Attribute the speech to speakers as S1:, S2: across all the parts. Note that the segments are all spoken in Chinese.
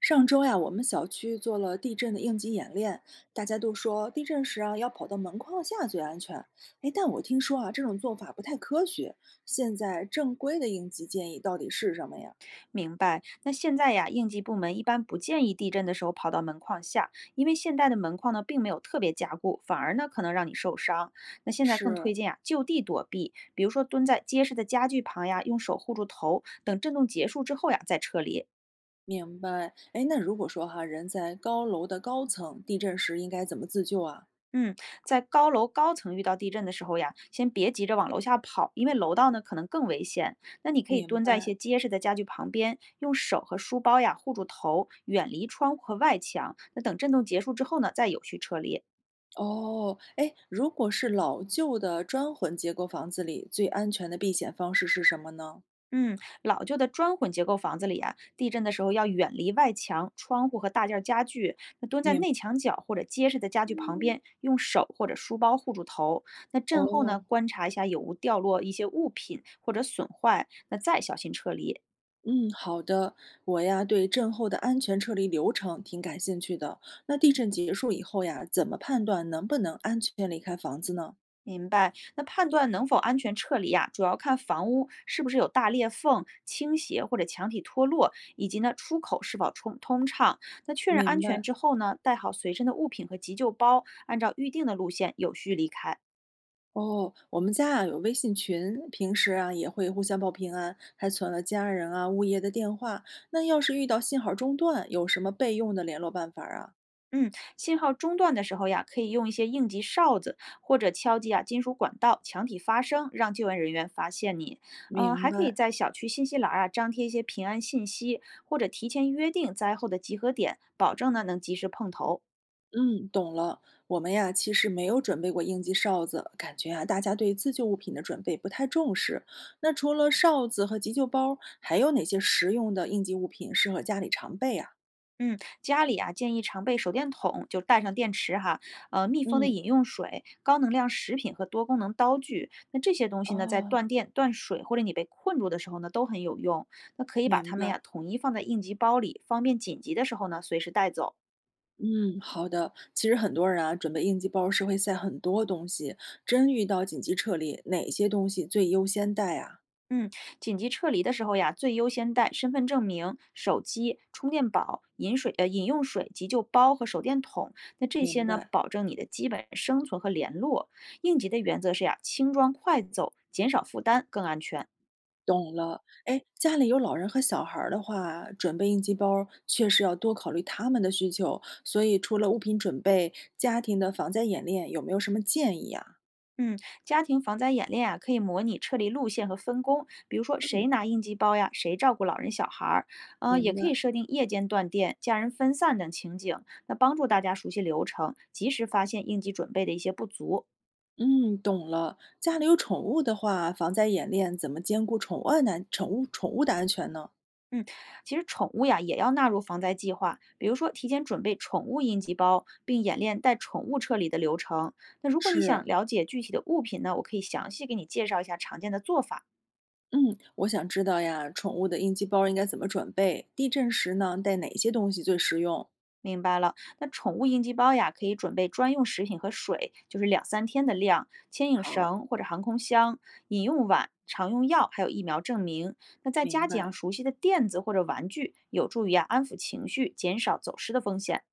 S1: 上周呀，我们小区做了地震的应急演练，大家都说地震时啊要跑到门框下最安全。哎，但我听说啊这种做法不太科学。现在正规的应急建议到底是什么呀？
S2: 明白。那现在呀，应急部门一般不建议地震的时候跑到门框下，因为现代的门框呢并没有特别加固，反而呢可能让你受伤。那现在更
S1: 是，
S2: 推荐啊就地躲避，比如说蹲在结实的家具旁呀，用手护住头，等震动结束之后呀再撤离。
S1: 明白。哎，那如果说哈人在高楼的高层，地震时应该怎么自救啊？
S2: 嗯，在高楼高层遇到地震的时候呀，先别急着往楼下跑，因为楼道呢可能更危险。那你可以
S1: 明
S2: 蹲在一
S1: 白。
S2: 些结实的家具旁边，用手和书包呀护住头，远离窗户和外墙。那等震动结束之后呢，再有序撤离。
S1: 哦，哎，如果是老旧的砖混结构房子里，最安全的避险方式是什么呢？
S2: 嗯，老旧的砖混结构房子里啊，地震的时候要远离外墙、窗户和大件儿家具，那蹲在
S1: 明
S2: 内墙角或者结实的家具旁边，用手或者书包护住头。那震后呢，
S1: 哦。
S2: 观察一下有无掉落一些物品或者损坏，那再小心撤离。
S1: 嗯，好的。我呀，对震后的安全撤离流程挺感兴趣的。那地震结束以后呀，怎么判断能不能安全离开房子呢？
S2: 明白，那判断能否安全撤离啊，主要看房屋是不是有大裂缝、倾斜或者墙体脱落，以及呢出口是否通畅。那确认
S1: 明
S2: 安全
S1: 白，
S2: 之后呢，带好随身的物品和急救包，按照预定的路线有序离开。
S1: 哦，我们家啊有微信群，平时啊也会互相报平安，还存了家人啊、物业的电话。那要是遇到信号中断，有什么备用的联络办法啊？
S2: 嗯，信号中断的时候呀，可以用一些应急哨子或者敲击啊金属管道、墙体发声，让救援人员发现你。嗯、
S1: 明
S2: 还可以
S1: 白。
S2: 在小区信息栏儿啊张贴一些平安信息，或者提前约定灾后的集合点，保证呢能及时碰头。
S1: 嗯，懂了。我们呀，其实没有准备过应急哨子，感觉啊，大家对自救物品的准备不太重视。那除了哨子和急救包，还有哪些实用的应急物品适合家里常备啊？
S2: 嗯，家里啊，建议常备手电筒，就带上电池哈，密封的
S1: 嗯，
S2: 饮用水、高能量食品和多功能刀具。那这些东西呢，在
S1: 哦，
S2: 断电、断水或者你被困住的时候呢，都很有用。那可以把
S1: 明
S2: 它们
S1: 白。
S2: 呀统一放在应急包里，方便紧急的时候呢随时带走。
S1: 嗯，好的。其实很多人啊，准备应急包是会塞很多东西，真遇到紧急撤离，哪些东西最优先带啊？
S2: 嗯，紧急撤离的时候呀，最优先带身份证明、手机、充电宝、饮用水、急救包和手电筒。那这些
S1: 明
S2: 呢，
S1: 白。
S2: 保证你的基本生存和联络。应急的原则是呀，轻装快走，减少负担，更安全。
S1: 懂了，哎，家里有老人和小孩儿的话，准备应急包儿确实要多考虑他们的需求。所以，除了物品准备，家庭的防灾演练有没有什么建议啊？
S2: 嗯，家庭防灾演练啊，可以模拟撤离路线和分工，比如说谁
S1: 嗯，
S2: 拿应急包呀，谁照顾老人小孩儿，也
S1: 明
S2: 可以
S1: 白。
S2: 设定夜间断电、家人分散等情景，那帮助大家熟悉流程，及时发现应急准备的一些不足。
S1: 嗯，懂了。家里有宠物的话，防灾演练怎么兼顾宠物安难宠物的安全呢？
S2: 嗯，其实宠物呀也要纳入防灾计划，比如说提前准备宠物应急包，并演练带宠物撤离的流程。那如果你
S1: 是，
S2: 想了解具体的物品呢，我可以详细给你介绍一下常见的做法。
S1: 嗯，我想知道呀，宠物的应急包儿应该怎么准备？地震时呢，带哪些东西最实用？
S2: 明白了，那宠物应急包呀，可以准备专用食品和水，就是两三天的量，牵引
S1: 好，
S2: 绳或者航空箱、饮用碗、常用药，还有疫苗证明。那再
S1: 明
S2: 加几样
S1: 白。
S2: 熟悉的垫子或者玩具，有助于啊安抚情绪，减少走失的风险。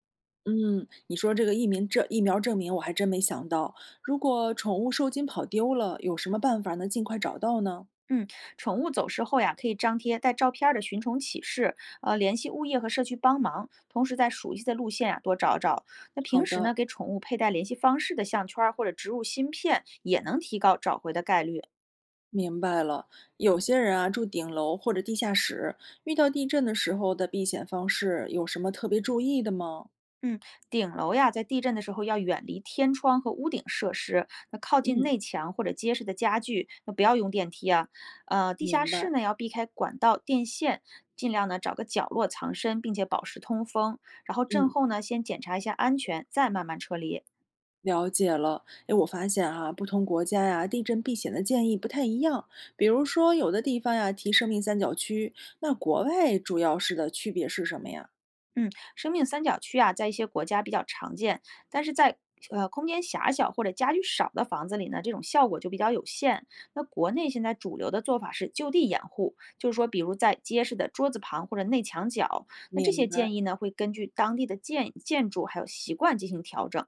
S1: 嗯，你说这个疫苗证疫苗证明，我还真没想到。如果宠物受惊跑丢了，有什么办法能尽快找到呢？
S2: 嗯，宠物走失后呀，可以张贴带照片儿的寻宠启事，联系物业和社区帮忙。同时，在熟悉的路线呀多找找。那
S1: 好
S2: 平时呢，
S1: 的，
S2: 给宠物佩戴联系方式的项圈儿或者植入芯片，也能提高找回的概率。
S1: 明白了。有些人啊住顶楼或者地下室，遇到地震的时候的避险方式有什么特别注意的吗？
S2: 嗯，顶楼呀，在地震的时候要远离天窗和屋顶设施，那靠近
S1: 嗯，
S2: 内墙或者结实的家具，那不要用电梯啊。地下
S1: 明
S2: 室
S1: 白。
S2: 呢要避开管道、电线，尽量呢找个角落藏身，并且保持通风。然后震
S1: 嗯，
S2: 后呢，先检查一下安全，再慢慢撤离。
S1: 了解了。哎，我发现哈、不同国家呀，地震避险的建议不太一样。比如说，有的地方呀提生命三角区，那国外主要是的区别是什么呀？
S2: 嗯，生命三角区啊，在一些国家比较常见，但是在空间狭小或者家具少的房子里呢，这种效果就比较有限。那国内现在主流的做法是就地掩护，就是说，比如在结实的桌子旁或者内墙角。那这
S1: 明
S2: 些
S1: 白。
S2: 建议呢，会根据当地的建筑还有习惯进行调整。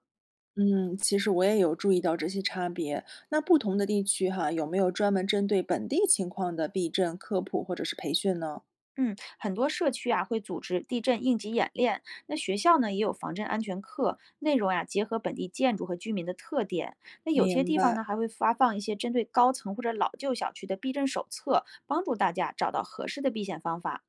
S1: 嗯，其实我也有注意到这些差别。那不同的地区哈，有没有专门针对本地情况的避震科普或者是培训呢？
S2: 嗯，很多社区啊会组织地震应急演练，那学校呢也有防震安全课，内容呀、结合本地建筑和居民的特点。那有些
S1: 明
S2: 地方呢
S1: 白，
S2: 还会发放一些针对高层或者老旧小区的避震手册，帮助大家找到合适的避险方法。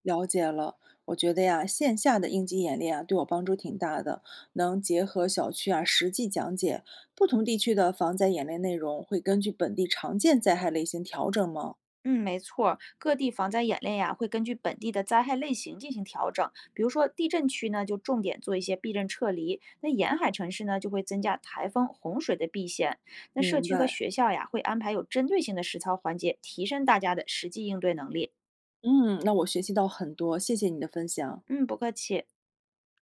S1: 了解了。我觉得呀，线下的应急演练啊，对我帮助挺大的，能结合小区啊实际讲解。不同地区的防灾演练内容会根据本地常见灾害类型调整吗？
S2: 嗯，没错儿各地防灾演练呀，会根据本地的灾害类型进行调整。比如说地震区呢，就重点做一些避震撤离；那沿海城市呢，就会增加台风、洪水的避险。那社
S1: 明
S2: 区和
S1: 白。
S2: 学校呀，会安排有针对性的实操环节，提升大家的实际应对能力。
S1: 嗯，那我学习到很多，谢谢你的分享。
S2: 嗯，不客气。